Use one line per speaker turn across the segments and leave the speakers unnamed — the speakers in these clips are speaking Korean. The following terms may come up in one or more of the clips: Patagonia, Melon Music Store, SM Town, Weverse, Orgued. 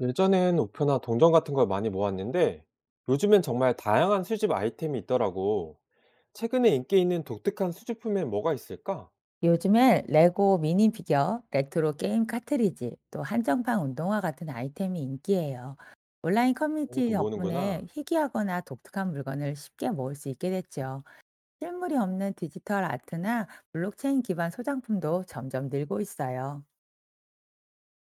예전엔 우표나 동전 같은 걸 많이 모았는데 요즘엔 정말 다양한 수집 아이템이 있더라고. 최근에 인기 있는 독특한 수집품엔 뭐가 있을까?
요즘엔 레고 미니 피겨, 레트로 게임 카트리지, 또 한정판 운동화 같은 아이템이 인기예요. 온라인 커뮤니티
그것도
덕분에
모으는구나.
희귀하거나 독특한 물건을 쉽게 모을 수 있게 됐죠. 실물이 없는 디지털 아트나 블록체인 기반 소장품도 점점 늘고 있어요.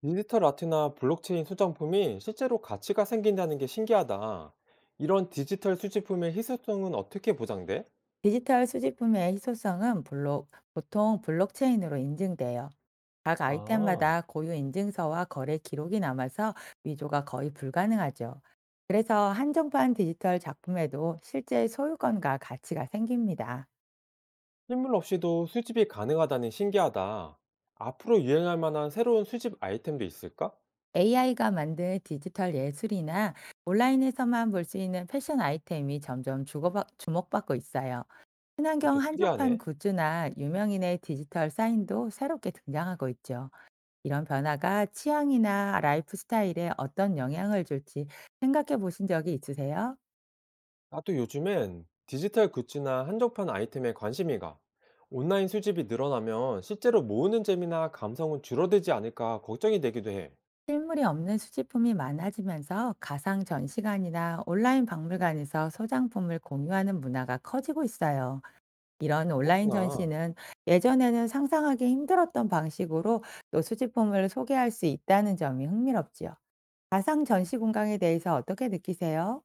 디지털 아트나 블록체인 소장품이 실제로 가치가 생긴다는 게 신기하다. 이런 디지털 수집품의 희소성은 어떻게 보장돼?
디지털 수집품의 희소성은 보통 블록체인으로 인증돼요. 각
아,
아이템마다 고유 인증서와 거래 기록이 남아서 위조가 거의 불가능하죠. 그래서 한정판 디지털 작품에도 실제 소유권과 가치가 생깁니다.
실물 없이도 수집이 가능하다니 신기하다. 앞으로 유행할 만한 새로운 수집 아이템도 있을까?
AI가 만든 디지털 예술이나 온라인에서만 볼 수 있는 패션 아이템이 점점 주목받고 있어요. 친환경
그것도
한정판
특이하네.
굿즈나 유명인의 디지털 사인도 새롭게 등장하고 있죠. 이런 변화가 취향이나 라이프 스타일에 어떤 영향을 줄지 생각해 보신 적이 있으세요?
나도 요즘엔 디지털 굿즈나 한정판 아이템에 관심이 가. 온라인 수집이 늘어나면 실제로 모으는 재미나 감성은 줄어들지 않을까 걱정이 되기도 해.
실물이 없는 수집품이 많아지면서 가상 전시관이나 온라인 박물관에서 소장품을 공유하는 문화가 커지고 있어요. 이런 온라인
그렇구나.
전시는 예전에는 상상하기 힘들었던 방식으로 또 수집품을 소개할 수 있다는 점이 흥미롭지요. 가상 전시 공간에 대해서 어떻게 느끼세요?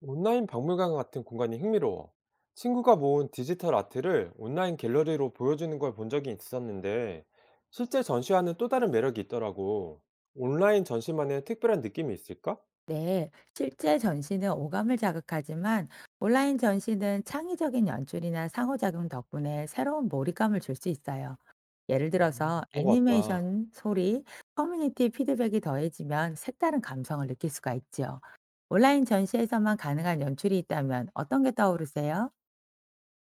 온라인 박물관 같은 공간이 흥미로워. 친구가 모은 디지털 아트를 온라인 갤러리로 보여주는 걸 본 적이 있었는데, 실제 전시와는 또 다른 매력이 있더라고. 온라인 전시만의 특별한 느낌이 있을까?
네, 실제 전시는 오감을 자극하지만 온라인 전시는 창의적인 연출이나 상호작용 덕분에 새로운 몰입감을 줄 수 있어요. 예를 들어서
그런 것 같다.
애니메이션, 소리, 커뮤니티 피드백이 더해지면 색다른 감성을 느낄 수가 있지요. 온라인 전시에서만 가능한 연출이 있다면 어떤 게 떠오르세요?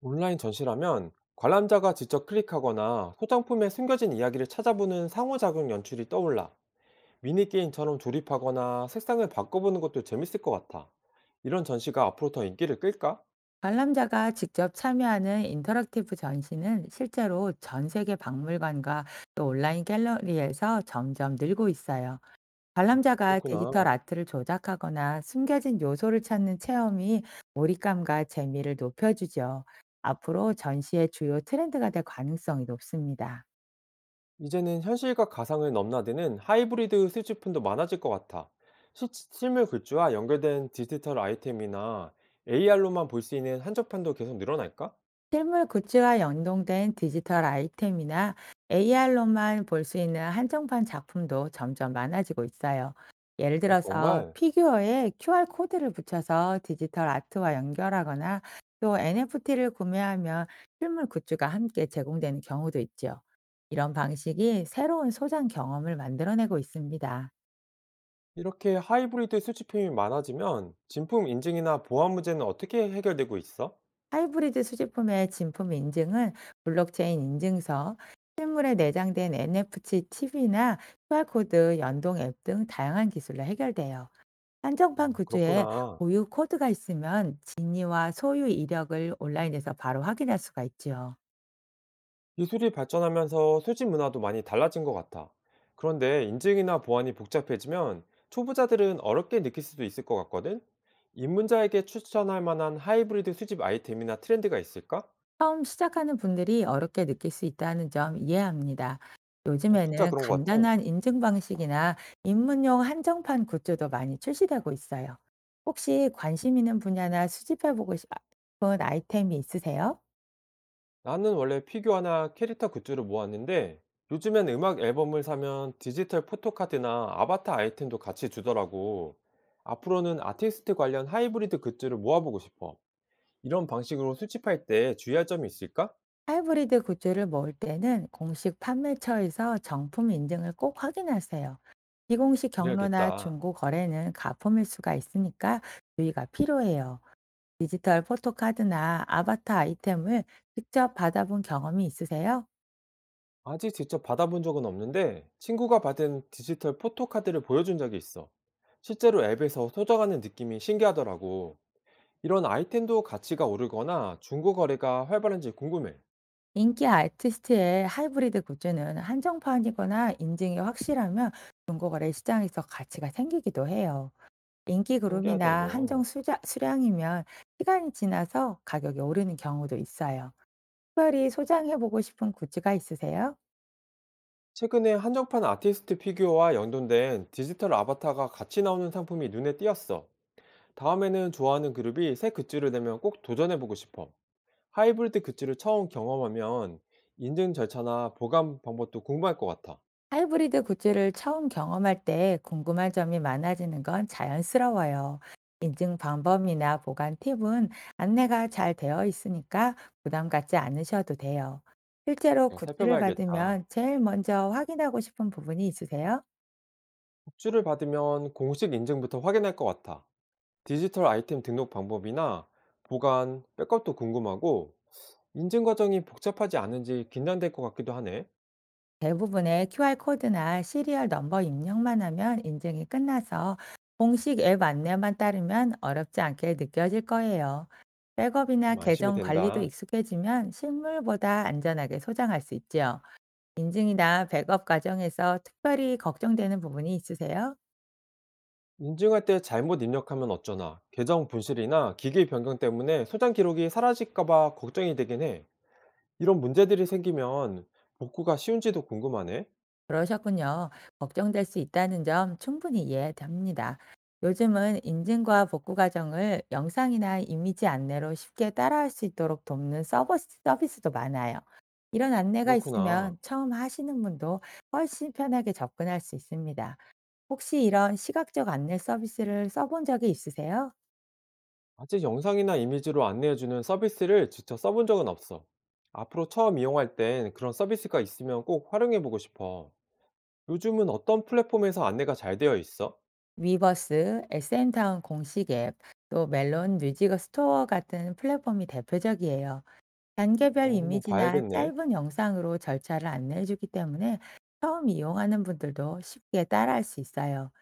온라인 전시라면 관람자가 직접 클릭하거나 소장품에 숨겨진 이야기를 찾아보는 상호작용 연출이 떠올라. 미니게임처럼 조립하거나 색상을 바꿔보는 것도 재밌을 것 같아. 이런 전시가 앞으로 더 인기를 끌까?
관람자가 직접 참여하는 인터랙티브 전시는 실제로 전 세계 박물관과 또 온라인 갤러리에서 점점 늘고 있어요. 관람자가
그렇구나.
디지털 아트를 조작하거나 숨겨진 요소를 찾는 체험이 몰입감과 재미를 높여주죠. 앞으로 전시의 주요 트렌드가 될 가능성이 높습니다.
이제는 현실과 가상을 넘나드는 하이브리드 스위치폰도 많아질 것 같아. 실물 굿즈와 연결된 디지털 아이템이나 AR로만 볼 수 있는 한정판도 계속 늘어날까?
실물 굿즈와 연동된 디지털 아이템이나 AR로만 볼 수 있는 한정판 작품도 점점 많아지고 있어요. 예를 들어서
정말
피규어에 QR 코드를 붙여서 디지털 아트와 연결하거나 또 NFT를 구매하면 실물 굿즈가 함께 제공되는 경우도 있죠. 이런 방식이 새로운 소장 경험을 만들어내고 있습니다.
이렇게 하이브리드 수집품이 많아지면 진품 인증이나 보안 문제는 어떻게 해결되고 있어?
하이브리드 수집품의 진품 인증은 블록체인 인증서, 실물에 내장된 NFC 칩이나 QR코드 연동 앱 등 다양한 기술로 해결돼요. 한정판 구조에
그렇구나.
고유 코드가 있으면 진위와 소유 이력을 온라인에서 바로 확인할 수가 있지요.
기술이 발전하면서 수집 문화도 많이 달라진 것 같아. 그런데 인증이나 보안이 복잡해지면 초보자들은 어렵게 느낄 수도 있을 것 같거든? 입문자에게 추천할 만한 하이브리드 수집 아이템이나 트렌드가 있을까?
처음 시작하는 분들이 어렵게 느낄 수 있다는 점 이해합니다.
어, 진짜
요즘에는
그런 것 같아.
간단한 인증 방식이나 입문용 한정판 굿즈도 많이 출시되고 있어요. 혹시 관심 있는 분야나 수집해보고 싶은 아이템이 있으세요?
나는 원래 피규어나 캐릭터 굿즈를 모았는데 요즘엔 음악 앨범을 사면 디지털 포토카드나 아바타 아이템도 같이 주더라고. 앞으로는 아티스트 관련 하이브리드 굿즈를 모아보고 싶어. 이런 방식으로 수집할 때 주의할 점이 있을까?
하이브리드 굿즈를 모을 때는 공식 판매처에서 정품 인증을 꼭 확인하세요. 비공식 경로나
그래야겠다.
중고 거래는 가품일 수가 있으니까 주의가 필요해요. 디지털 포토카드나 아바타 아이템을 직접 받아본 경험이 있으세요?
아직 직접 받아본 적은 없는데 친구가 받은 디지털 포토카드를 보여준 적이 있어. 실제로 앱에서 소장하는 느낌이 신기하더라고. 이런 아이템도 가치가 오르거나 중고 거래가 활발한지 궁금해.
인기 아티스트의 하이브리드 굿즈는 한정판이거나 인증이 확실하면 중고거래 시장에서 가치가 생기기도 해요. 인기
신기하다,
그룹이나 한정
이거.
수량이면 시간이 지나서 가격이 오르는 경우도 있어요. 특별히 소장해보고 싶은 굿즈가 있으세요?
최근에 한정판 아티스트 피규어와 연동된 디지털 아바타가 같이 나오는 상품이 눈에 띄었어. 다음에는 좋아하는 그룹이 새 굿즈를 내면 꼭 도전해보고 싶어. 하이브리드 굿즈를 처음 경험하면 인증 절차나 보관 방법도 궁금할 것 같아.
하이브리드 굿즈를 처음 경험할 때 궁금한 점이 많아지는 건 자연스러워요. 인증 방법이나 보관 팁은 안내가 잘 되어 있으니까 부담 갖지 않으셔도 돼요. 실제로
그냥
굿즈를
살펴봐야겠다.
받으면 제일 먼저 확인하고 싶은 부분이 있으세요?
굿즈를 받으면 공식 인증부터 확인할 것 같아. 디지털 아이템 등록 방법이나 보관, 백업도 궁금하고 인증 과정이 복잡하지 않은지 긴장될 것 같기도 하네.
대부분의 QR코드나 시리얼 넘버 입력만 하면 인증이 끝나서 공식 앱 안내만 따르면 어렵지 않게 느껴질 거예요. 백업이나
좀 안심이
계정 관리도
된다.
익숙해지면 실물보다 안전하게 소장할 수 있지요. 인증이나 백업 과정에서 특별히 걱정되는 부분이 있으세요?
인증할 때 잘못 입력하면 어쩌나, 계정 분실이나 기기 변경 때문에 소장 기록이 사라질까봐 걱정이 되긴 해. 이런 문제들이 생기면 복구가 쉬운지도 궁금하네.
그러셨군요. 걱정될 수 있다는 점 충분히 이해됩니다. 요즘은 인증과 복구 과정을 영상이나 이미지 안내로 쉽게 따라할 수 있도록 돕는 서비스도 많아요. 이런 안내가
그렇구나.
있으면 처음 하시는 분도 훨씬 편하게 접근할 수 있습니다. 혹시 이런 시각적 안내 서비스를 써본 적이 있으세요?
아직 영상이나 이미지로 안내해주는 서비스를 직접 써본 적은 없어. 앞으로 처음 이용할 땐 그런 서비스가 있으면 꼭 활용해보고 싶어. 요즘은 어떤 플랫폼에서 안내가 잘 되어 있어?
위버스, SM타운 공식 앱, 또 멜론 뮤직 스토어 같은 플랫폼이 대표적이에요. 단계별
어, 한번
이미지나
봐야겠네.
짧은 영상으로 절차를 안내해 주기 때문에 처음 이용하는 분들도 쉽게 따라할 수 있어요.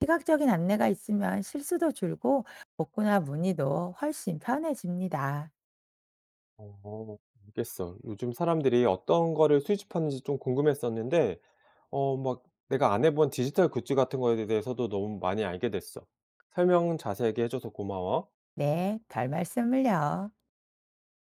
시각적인 안내가 있으면 실수도 줄고 복구나 문의도 훨씬 편해집니다.
어, 알겠어. 요즘 사람들이 어떤 거를 수집하는지 좀 궁금했었는데, 어 막 내가 안 해본 디지털 굿즈 같은 거에 대해서도 너무 많이 알게 됐어. 설명 자세하게 해 줘서 고마워.
네, 별 말씀을요.